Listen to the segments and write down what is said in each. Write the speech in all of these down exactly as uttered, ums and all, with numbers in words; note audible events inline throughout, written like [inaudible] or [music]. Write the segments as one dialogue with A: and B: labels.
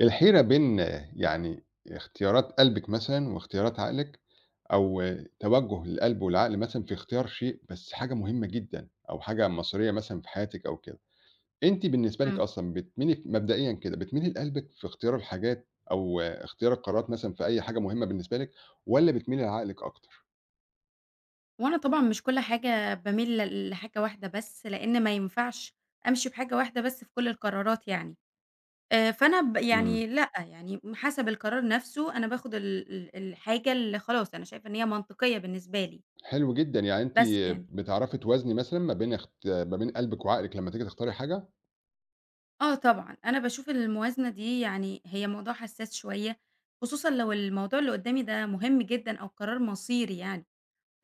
A: الحيرة بين آه، يعني اختيارات قلبِك مثلًا واختيارات عقلِك، أو آه، توجُّه القلب والعقل مثلًا في اختيار شيء، بس حاجة مهمة جدًا أو حاجة مصيرية مثلًا في حياتِك أو كده، أنتِ بالنسبة لِك
B: إمم.
A: أصلًا بتميلي مبدئيًا كده، بتميلي لقلبِك في اختيار الحاجات أو آه، اختيار القرارات مثلًا في أي حاجة مهمة بالنسبة لِك والّا بتميلي لعقلِك أكتر؟
B: هو أنا طبعًا مش كل حاجة باميل ل لحاجة واحدة بس، لإن ما ينفعش أمشي بحاجة واحدة بس في كل القرارات يعني. آآ فأنا ب
A: إمم،
B: يعني لأ، يعني حسب القرار نفسه أنا باخد ال ال الحاجة اللي خلاص أنا شايفة إن هي منطقية بالنسبة لي،
A: حلو جدًا، يعني أنتِ
B: بس يعني.
A: بتعرفي توازني مثلًا ما بين اخت ما بين قلبِك وعقلِك لمّا تيجي تختاري حاجة؟
B: آه طبعًا، أنا باشوف الموازنة دي يعني هي موضوع حساس شوية، خصوصًا لو الموضوع اللي قدّامي ده مهم جدًا أو قرار مصيري يعني.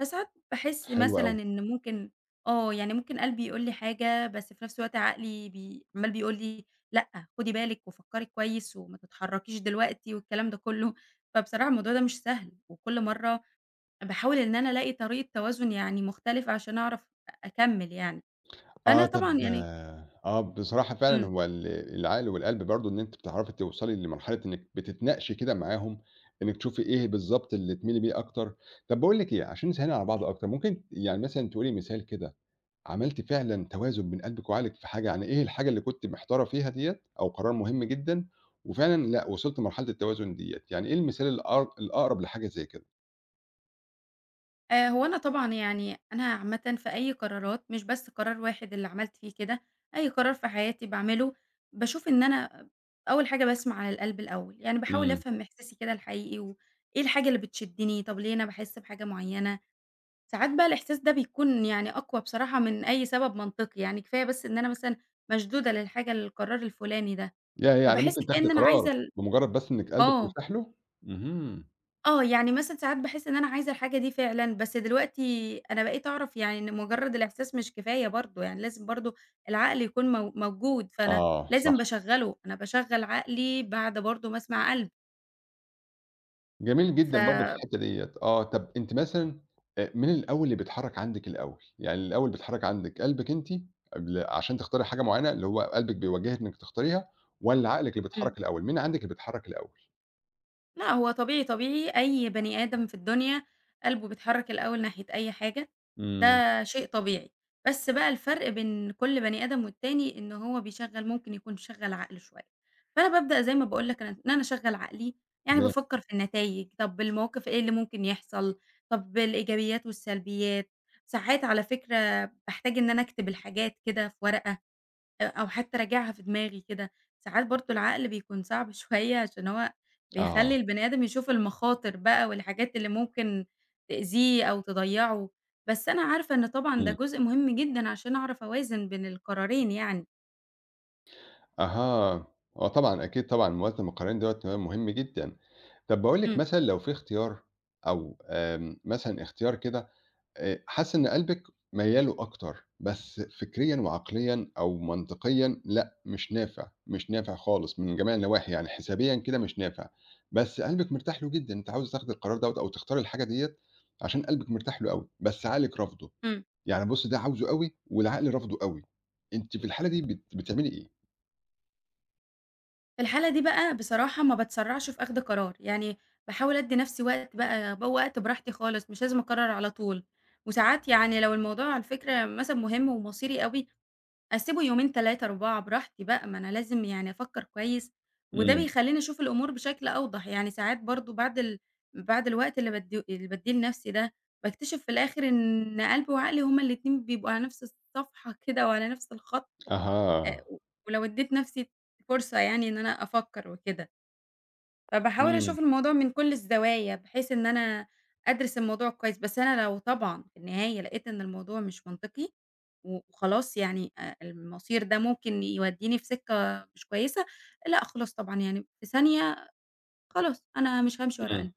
B: فساعات باحس
A: حلو
B: مثلًا
A: أوي.
B: إن ممكن آه، يعني ممكن قلبي يقول لي حاجة، بس في نفس الوقت عقلي بي عمّال بيقول لي لأ، خدي بالِك وفكّري كويس وما تتحركيش دلوقتي والكلام ده كلّه، فبصراحة الموضوع ده مش سهل، وكل مرّة باحاول إن أنا ألاقي طريقة توازن يعني مختلفة عشان أعرف أ أكمّل يعني،
A: آه،
B: فأنا
A: طب
B: طبعًا يعني.
A: آه، بصراحة فعلًا
B: إمم.
A: هو ال العقل والقلب برضه إن أنتِ بتعرفي توصلي لمرحلة إنِّك بتتناقشي كده معاهم، إنِّك تشوفي إيه بالضبط اللي تميلي بيه أكتر. طب باقول لِك إيه، عشان نسهِّلها على بعض أكتر، ممكن يعني مثلًا تقولي مثال كده عملتِ فعلًا توازن بين قلبِك وعقلِك في حاجة، يعني إيه الحاجة اللي كنتِ محتارة فيها ديّة أو قرار مهم جدًا وفعلًا لأ، وصلتِ لمرحلة التوازن ديّة، يعني إيه المثال الأق الأقرب لحاجة زي كده؟
B: آآ، هو أنا طبعًا يعني أنا عامةً في أي قرارات مش بس قرار واحد اللي عملت فيه كده، أي قرار في حياتي باعمله باشوف إن أنا أول حاجة باسمع على القلب الأول، يعني باحاول
A: إمم،
B: أفهم إحساسي كده الحقيقي وإيه الحاجة اللي بتشدني، طب ليه أنا باحس بحاجة معينة، ساعات بقى الإحساس ده بيكون يعني أقوى بصراحة من أي سبب منطقي، يعني كفاية بس إن أنا مثلًا مشدودة للحاجة للقرار الفلاني ده،
A: ياه! يعني
B: فباحس
A: ممكن تاخدي
B: كأن أنا
A: قرار
B: عايزة ال
A: بمجرد بس إنِّك قلبِك
B: آه.
A: مرتاح له؟ اهم،
B: آه، يعني مثلًا ساعات باحس إن أنا عايزة الحاجة دي فعلًا، بس دلوقتي أنا بقيت أعرف يعني إن مجرد الإحساس مش كفاية برضه، يعني لازم برضه العقل يكون مو موجود، فأنا
A: آه،
B: لازم
A: صح.
B: باشغّله، أنا باشغّل عقلي بعد برضه ما أسمع قلب.
A: جميل
B: ف
A: جدًا برضه في الحتّة ديّة، آه، طَب أنتِ مثلًا آآ، مين الأول اللي بيتحرّك عندِك الأول؟ يعني الأول بيتحرّك عندِك قلبِك أنتِ قبل عشان تختاري حاجة معيّنة، اللي هو قلبِك بيوجّهِك إنِّك تختاريها والّا عقلِك اللي
B: إمم.
A: بيتحرّك الأول، مين عندِك اللي بيتحرّك الأول؟
B: لأ، هو طبيعي، طبيعي أي بني آدم في الدنيا قلبه بيتحرك الأول ناحية أي حاجة،
A: إمم،
B: ده شيء طبيعي، بس بقى الفرق بين كل بني آدم والتاني إن هو بيشغّل ممكن يكون شغّل عقله شوية، فأنا بابدأ زي ما باقول لك أنا إن أنا أشغّل عقلي، يعني
A: تمام،
B: بافكّر في النتايج، طَب المواقف إيه اللي ممكن يحصل، طَب الإيجابيات والسلبيات، ساعات على فكرة باحتاج إن أنا أكتب الحاجات كده في ورقة أ أو حتى راجعها في دماغي كده، ساعات برضه العقل بيكون صعب [laughs] شوية عشان هو بيخلّي
A: آه،
B: البني آدم يشوف المخاطر بقى والحاجات اللي ممكن تأذيه أو تضيّعه، بس أنا عارفة إن طبعًا ده
A: إمم،
B: جزء مهم جدًا عشان أعرف أوازن بين القرارين يعني.
A: أها، آه طبعًا أكيد طبعًا موازنة المقارنين دوّة تمام مهم جدًا، طَب باقول لِك
B: إمم،
A: مثلًا لو في اختيار أو آمم، مثلًا اختيار كده آآ، حاسس إن قلبِك ميّال له أكتر، بس فكريًا وعقليًا أو منطقيًا لأ، مش نافع، مش نافع خالص من جميع النواحي، يعني حسابيًا كده مش نافع، بس قلبِك مرتاح له جدًا، أنتِ عاوزة تاخدي القرار دوّة أو تختاري الحاجة ديّة عشان قلبِك مرتاح له أوي، بس عقلِك رافضه،
B: إمم.
A: يعني بُصّي ده عاوزه أوي والعقل رافضه أوي، أنتِ في الحالة دي بت بتعملي إيه؟
B: في الحالة دي بقى بصراحة ما باتسرّعش في أخْد قرار، يعني باحاول أدّي نَفْسي وقت بقى ب وقت براحتي خالص، مش لازم أقرّر على طول، وساعات يعني لو الموضوع على فكرة مثلًا مهم ومصيري أوي أسيبه يومين تلاتة، أربعة براحتي بقى، ما أنا لازم يعني أفكّر كويس، وده
A: إمم،
B: بيخلّيني أشوف الأمور بشكل أوضح، يعني ساعات برضه بعد ال بعد الوقت اللي بادّيه اللي بادّيه لنفسي ده، باكتشف في الآخر إن قلبي وعقلي هُم الاتنين بيبقوا على نفس الصفحة كده وعلى نفس الخط. آآ،
A: أها،
B: ولو ادّيت نفسي فرصة يعني إن أنا أفكّر وكده. فباحاول أشوف
A: إمم،
B: الموضوع من كل الزوايا، بحيث إن أنا أدرس الموضوع كويس، بس أنا لو طبعًا في النهاية لقيت إن الموضوع مش منطقي، و وخلاص يعني آآ المصير ده ممكن يوديني في سكة مش كويسة، لأ خلاص طبعًا يعني في ثانية خلاص أنا مش هامشي ورا
A: إمم.
B: قلبي.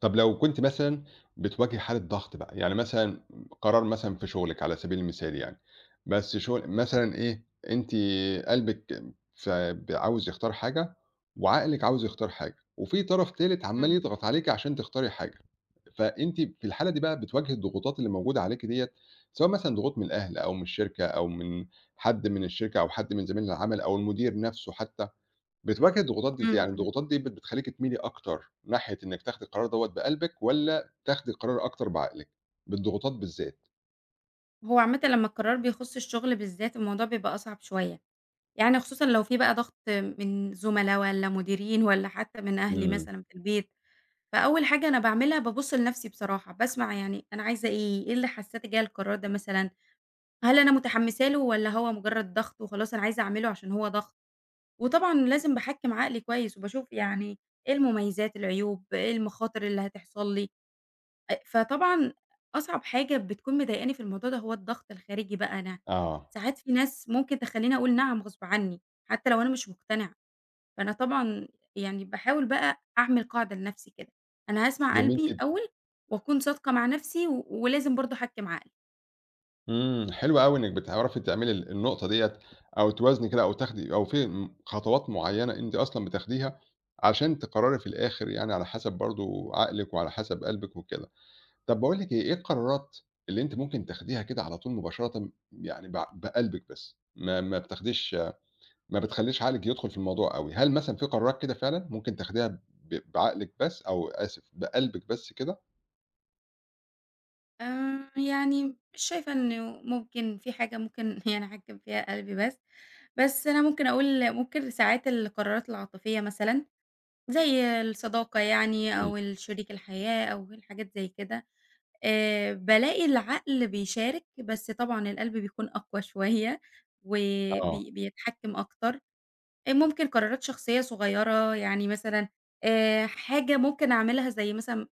A: طب لو كنتِ مثلًا بتواجهي حالة ضغط بقى، يعني مثلًا قرار مثلًا في شغلِك على سبيل المثال يعني، بس شغل مثلًا إيه، أنتِ قلبِك ف ب عاوز يختار حاجة، وعقلِك عاوز يختار حاجة، وفي طرف تالت عمّال
B: إمم،
A: يضغط عليكِ عشان تختاري حاجة، فأنتِ في الحالة دي بقى بتواجهي الضغوطات اللي موجودة عليكِ ديّة، سواء مثلًا ضغوط من الأهل أو من الشركة أو من حد من الشركة أو حد من زمايل العمل أو المدير نفسه حتى. بتواجه الضغوطات دي إزاي؟
B: إمم،
A: يعني
B: إمم.
A: الضغوطات دي بت بتخلّيكِ تميلي أكتر ناحية إنِّك تاخدي القرار دوّة بقلبِك والّا تاخدي القرار أكتر بعقلِك؟ بالضغوطات بالذات.
B: هو عامةً لمّا القرار بيخُص الشغل بالذات الموضوع بيبقى أصعب شوية، يعني خصوصًا لو في بقى ضغط من زملا والّا مديرين والّا حتى من أهلي
A: إمم.
B: مثلًا في البيت. فأول حاجة أنا باعملها بابُص لنفسي بصراحة، باسمع يعني أنا عايزة إيه، إيه اللي حسّاني جاية القرار ده مثلًا، هل أنا متحمّسة له والّا هو مجرّد ضغط وخلاص أنا عايزة أعمله عشان هو ضغط؟ وطبعًا لازم باحكّم عقلي كويس وباشوف يعني إيه المميزات، العيوب، إيه المخاطر اللي هتحصل لي. أ فطبعًا أصعب حاجة بتكون مضايقاني في الموضوع ده هو الضغط الخارجي بقى أنا،
A: آه.
B: ساعات في ناس ممكن تخلّيني أقول نعم غصب عني، حتى لو أنا مش مقتنعة. فأنا طبعًا يعني باحاول بقى أعمل قاعدة لنفسي كده، أنا هاسمع
A: جميل
B: قلبي
A: جدًا.
B: الأول وأكون صادقة مع نفسي و ولازم برضه أحكّم عقلي.
A: إمم. حلو أوي إنِّك بتعرفي تعملي ال النقطة ديّة أو توازني كده أو تاخدي أو في م خطوات معيّنة أنتِ أصلًا بتاخديها عشان تقرري في الآخر يعني على حسب برضه عقلِك وعلى حسب قلبِك وكده. طب باقول لِك إيه، إيه القرارات اللي أنتِ ممكن تاخديها كده على طول مباشرةً يعني بع بقلبِك بس، ما ما بتاخديش ما بتخلّيش عقلِك يدخل في الموضوع أوي، هل مثلًا في قرارات كده فعلًا ممكن تاخديها ب بعقلِك بس أو آسف بقلبِك بس كده؟
B: آآ يعني مش شايفة إنه ممكن في حاجة ممكن [laughs] يعني أحكّم فيها قلبي بس، بس أنا ممكن أقول ممكن ساعات القرارات العاطفية مثلًا زي الصداقة يعني
A: إمم.
B: أو ال شريك الحياة أو الحاجات زي كده. آآ بالاقي العقل بيشارك بس طبعًا القلب بيكون أقوى شوية
A: آه،
B: وبي بيتحكّم أكتر. آآ ممكن قرارات شخصية صغيرة، يعني مثلًا آآ حاجة ممكن أعملها زي مثلًا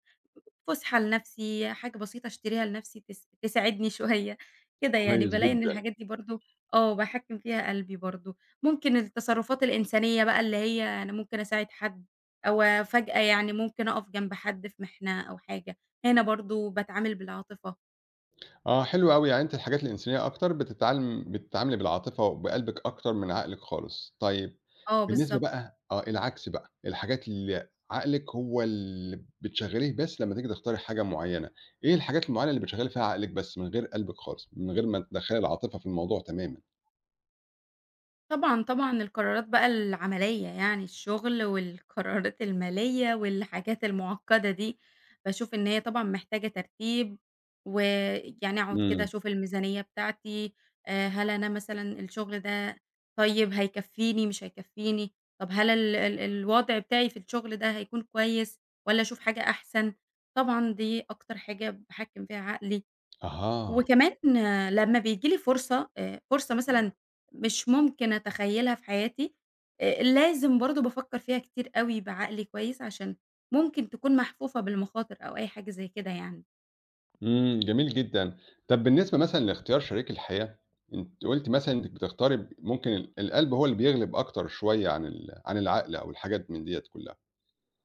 B: فسحة لنفسي، حاجة بسيطة أشتريها لنفسي تس تساعدني [laughs] شوية، كده يعني
A: كويس
B: بالاقي إن
A: جدًا،
B: الحاجات دي برضه، آه، باحكّم فيها قلبي برضه. ممكن التصرفات الإنسانية بقى اللي هي أنا ممكن أساعد حد أو فجأة يعني ممكن أقف جنب حد في محنة أو حاجة، هنا برضه باتعامل بالعاطفة.
A: آه حلو أوي، يعني أنتِ الحاجات الإنسانية أكتر بتتعلم بتتعاملي بالعاطفة وبقلبِك أكتر من عقلِك خالص، طيب
B: آه،
A: بالنسبة
B: بالضبط.
A: بقى آه العكس بقى، الحاجات اللي عقلِك هو اللي بتشغّليه بس لمّا تيجي تختاري حاجة معيّنة، إيه الحاجات المعيّنة اللي بتشغّلي فيها عقلِك بس من غير قلبِك خالص، من غير ما تدخّلي العاطفة في الموضوع تمامًا؟
B: طبعًا، طبعًا القرارات بقى العملية يعني الشغل والقرارات المالية والحاجات المُعقّدة دي، باشوف إن هي طبعًا محتاجة ترتيب، ويعني أقعد كده
A: إمم،
B: أشوف الميزانية بتاعتي. آآ هل أنا مثلًا الشغل ده طيب هيكفّيني مش هيكفّيني، طب هل ال ال الوضع بتاعي في الشغل ده هيكون كويس والّا أشوف حاجة أحسن، طبعًا دي أكتر حاجة باحكّم فيها عقلي،
A: أها.
B: وكمان لمّا بييجي لي فرصة آآ، فرصة مثلًا مش ممكن أتخيّلها في حياتي. آآ، لازم برضه بافكّر فيها كتير أوي بعقل كويس عشان ممكن تكون محفوفة بالمخاطر أو أي حاجة زي كده يعني.
A: إمم، جميل جدًا. طب بالنسبة مثلًا لاختيار شريك الحياة، أنتِ قُلتِ مثلًا أنتِك بتختاري ب ممكن ال القلب هو اللي بيغلب أكتر شوية عن ال عن العقل أو الحاجات من ديّة كلّها.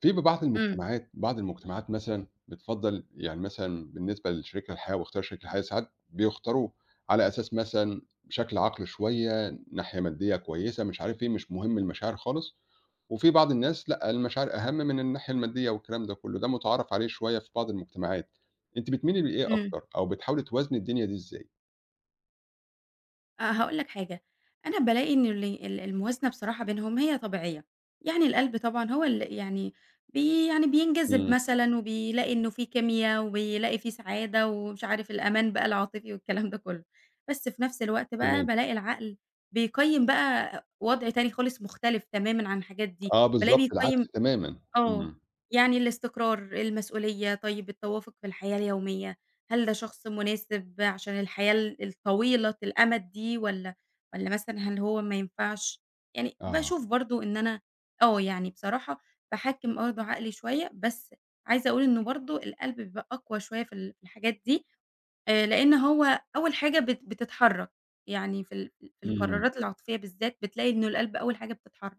A: في ببعض
B: إمم.
A: المجتمعات بعض المجتمعات مثلًا بتفضّل يعني مثلًا بالنسبة لشريك الحياة واختيار شريك الحياة ساعات بيختاروه على أساس مثلًا بشكل عقلي شوية، ناحية مادية كويسة، مش عارف إيه، مش مهم المشاعر خالص. وفي بعض الناس لأ، المشاعر أهم من الناحية المادية والكلام ده كله، ده متعارف عليه شوية في بعض المجتمعات، أنتِ بتميلي لإيه
B: إمم.
A: أكتر، أو بتحاولي توازني الدنيا دي إزاي؟
B: أ هاقول لك حاجة، أنا بالاقي إن ال ال الموازنة بصراحة بينهم هي طبيعية، يعني القلب طبعًا هو ال يعني بي يعني بينجذب
A: إمم،
B: مثلًا وبيلاقي إنه في كيميا وبيلاقي في سعادة ومش عارف الأمان بقى العاطفي والكلام ده كله، بس في نفس الوقت بقى
A: تمام،
B: بالاقي العقل بيقيّم بقى وضع تاني خالص مختلف تمامًا عن الحاجات دي،
A: آه
B: بالاقيه
A: بالضبط،
B: بيقيّم،
A: العكس تمامًا،
B: آه،
A: إمم،
B: يعني الاستقرار، المسؤولية، طيب التوافق في الحياة اليومية، هل ده شخص مناسب عشان الحياة ال الطويلة الأمد دي والّا والّا مثلًا هل هو ما ينفعش؟ يعني
A: آه،
B: باشوف برضه إن أنا، آه، يعني بصراحة باحكّم برضه عقلي شوية، بس عايزة أقول إنه برضه القلب بيبقى أقوى شوية في ال في الحاجات دي. آآ، لإن هو أول حاجة بت بتتحرك، يعني في ال في
A: إمم.
B: القرارات العاطفية بالذات بتلاقي إنه القلب أول حاجة بتتحرك.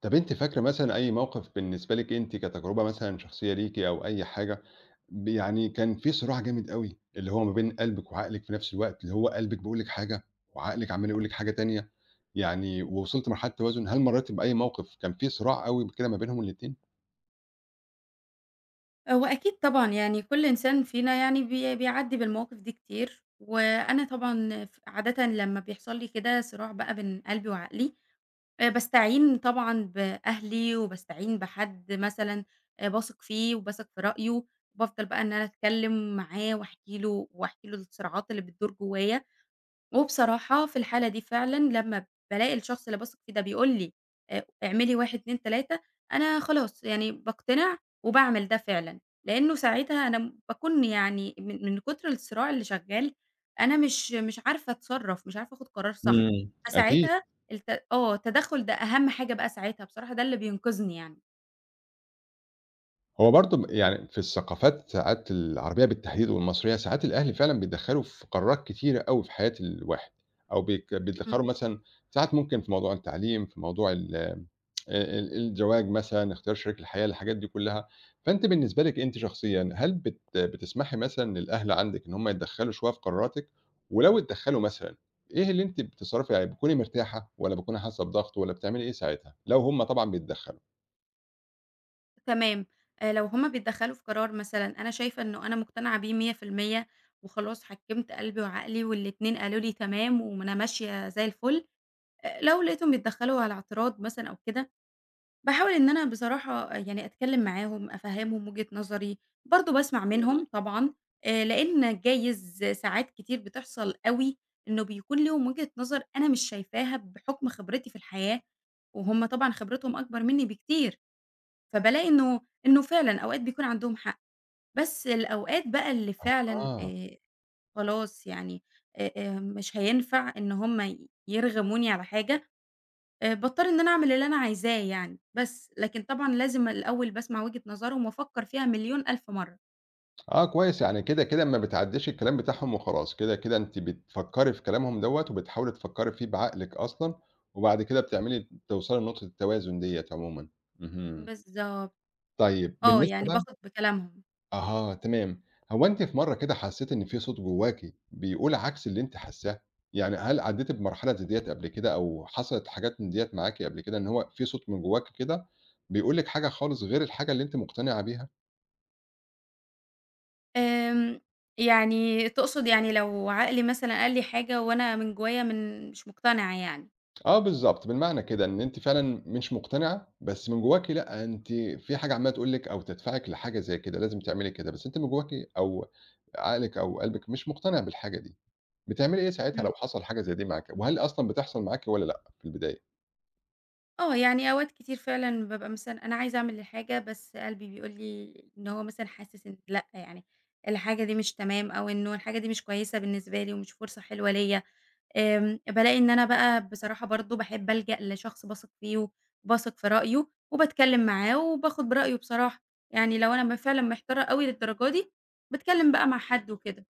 A: طب أنتِ فاكرة مثلًا أي موقف بالنسبة لِك أنتِ كتجربة مثلًا شخصية ليكِ أو أي حاجة ب يعني كان في صراع جامد أوي، اللي هو ما بين قلبِك وعقلِك في نفس الوقت، اللي هو قلبِك بيقول لِك حاجة وعقلِك عمّال يقول لِك حاجة تانية، يعني ووصلتِ لمرحلة توازن، هل مرّيتِ بأي موقف كان في صراع أوي كده ما بينهم الاتنين؟
B: هو أكيد طبعًا، يعني كل إنسان فينا يعني بي بيعدّي بالمواقف دي كتير، وأنا طبعًا ف عادةً لمّا بيحصل لي كده صراع بقى بين قلبي وعقلي، آآ باستعين طبعًا بأهلي وباستعين بحد مثلًا آآ باثق فيه وباثق في رأيه، وبافضل بقى إن أنا أتكلّم معاه واحكي له واحكي له الصراعات اللي بتدور جوايا، وبصراحة في الحالة دي فعلًا لمّا بالاقي الشخص اللي باثق فيه ده بيقول لي، آآ اعملي واحد، اتنين، تلاتة، أنا خلاص يعني باقتنع وباعمل ده فعلًا، لإنه ساعتها أنا م باكون يعني من من كتر الصراع اللي شغال أنا مش مش عارفة أتصرّف، مش عارفة آخُد قرار صح،
A: إمم. أكيد،
B: فساعتها الت آه، التدخُّل ده أهم حاجة بقى ساعتها بصراحة ده اللي بينقذني يعني.
A: هو برضه ب يعني في الثقافات ساعات العربية بالتحديد والمصرية، ساعات الأهل فعلًا بيتدخّلوا في قرارات كتيرة أوي في حياة الواحد، أو بيك
B: إمم.
A: بيتدخّلوا مثلًا ساعات ممكن في موضوع التعليم، في موضوع ال آآ ال الزواج مثلًا، اختيار شريك الحياة، الحاجات دي كلّها، فأنتِ بالنسبة لِك أنتِ شخصيًا، هل بت بتسمحي مثلًا للأهل عندِك إن هُم يتدخّلوا شوية في قراراتِك؟ ولو اتدخّلوا مثلًا، إيه اللي أنتِ بتتصرّفي يعني بتكوني مرتاحة والّا بتكوني حاسّة بضغط والّا بتعملي إيه ساعتها؟ لو هُم طبعًا بيتدخّلوا.
B: تمام. آآ لو هُم بيتدخّلوا في قرار مثلًا أنا شايفة إنه أنا مقتنعة بيه مية في المية وخلاص حكّمت قلبي وعقلي والاتنين قالوا لي تمام وأنا ماشية زي الفُل. آآ لو لقيتهم بيتدخّلوا على اعتراض مثلًا أو كده، باحاول إن أنا بصراحة، آه، يعني أتكلّم معاهم، أفهّمهم وجهة نظري، برضه باسمع
A: إمم.
B: منهم طبعًا. آآ لإن جايز ساعات كتير بتحصل أوي إنه بيكون ليهم وجهة نظر أنا مش شايفاها بحُكم خبرتي في الحياة، وهُم طبعًا خبرتهم أكبر منّي بكتير. فبالاقي إنه إنه فعلًا أوقات بيكون عندهم حق، بس الأوقات بقى اللي فعلًا
A: أها،
B: آآ خلاص يعني، آآ آآ مش هينفع إن هم ي يرغموني على حاجة. آآ باضطر إن أنا أعمل اللي أنا عايزاه يعني، بس لكن طبعًا لازم الأول باسمع وجهة نظرهم وأفكّر فيها مليون ألف مرّة.
A: آه كويس، يعني كده، كده ما بتعدّيش الكلام بتاعهم وخلاص، كده، كده أنتِ بتفكّري في كلامهم دوّة وبتحاولي تفكّري فيه بعقلِك أصلًا، وبعد كده بتعملي توصلي لنقطة التوازن ديّة عمومًا. اهم.
B: بالضبط.
A: طيب
B: آه،
A: بالنسبة
B: يعني
A: بقى
B: باخد بكلامهم.
A: أها تمام هو أنتِ في مرّة كده حسّيتِ إن في صوت جواكِ بيقول عكس اللي أنتِ حاسّاه؟ يعني هل عدّيتِ بمرحلة زي ديّة قبل كده أو حصلت حاجات من ديّة معاكِ قبل كده إن هو في صوت من جواكِ كده بيقول لِك حاجة خالص غير الحاجة اللي أنتِ مقتنعة بيها؟
B: آمم، يعني تقصد يعني لو عقلي مثلًا قال لي حاجة وأنا من جوايا من مش مقتنعة يعني.
A: آه بالضبط، بالمعنى كده إن أنتِ فعلًا مش مقتنعة، بس من جواكِ لأ، أنتِ في حاجة عمّالة تقول لِك أو تدفعِك لحاجة زي كده، لازم تعملي كده، بس أنتِ من جواكِ أو عقلِك أو قلبِك مش مقتنع بالحاجة دي. بتعملي إيه ساعتها لو حصل حاجة زي دي معاكِ؟ وهل أصلًا بتحصل معاكِ والّا لأ في البداية؟
B: آه، يعني أوقات كتير فعلًا بابقى مثلًا أنا عايزة أعمل الحاجة، بس قلبي بيقول لي إن هو مثلًا حاسس إن لأ، يعني الحاجة دي مش تمام أو إنه الحاجة دي مش كويسة بالنسبة لي ومش فرصة حلوة ليّا. آمم، بالاقي إن أنا بقى بصراحة برضه باحب ألجأ لشخص باثق فيه وباثق في رأيه وباتكلم معاه وباخد برأيه بصراحة. يعني لو أنا م فعلًا محتارة أوي للدرجة دي، باتكلم بقى مع حد وكده.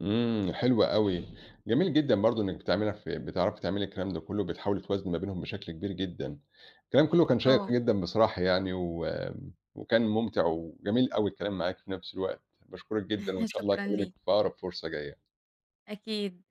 A: إمم، حلو أوي، جميل جدًا برضه إنِّك بتعمليها في بتعرفي تعملي الكلام ده كلّه، وبتحاولي توازني ما بينهم بشكل كبير جدًا. الكلام كلّه كان شيّق
B: آه،
A: جدًا بصراحة يعني، وآمم، وكان ممتع وجميل أوي الكلام معاكِ في نفس الوقت، باشكرِك جدًا،
B: [laughs]
A: وإن شاء الله
B: شكرًا
A: أكلمِك
B: ليك.
A: في أقرب فرصة جاية.
B: أكيد.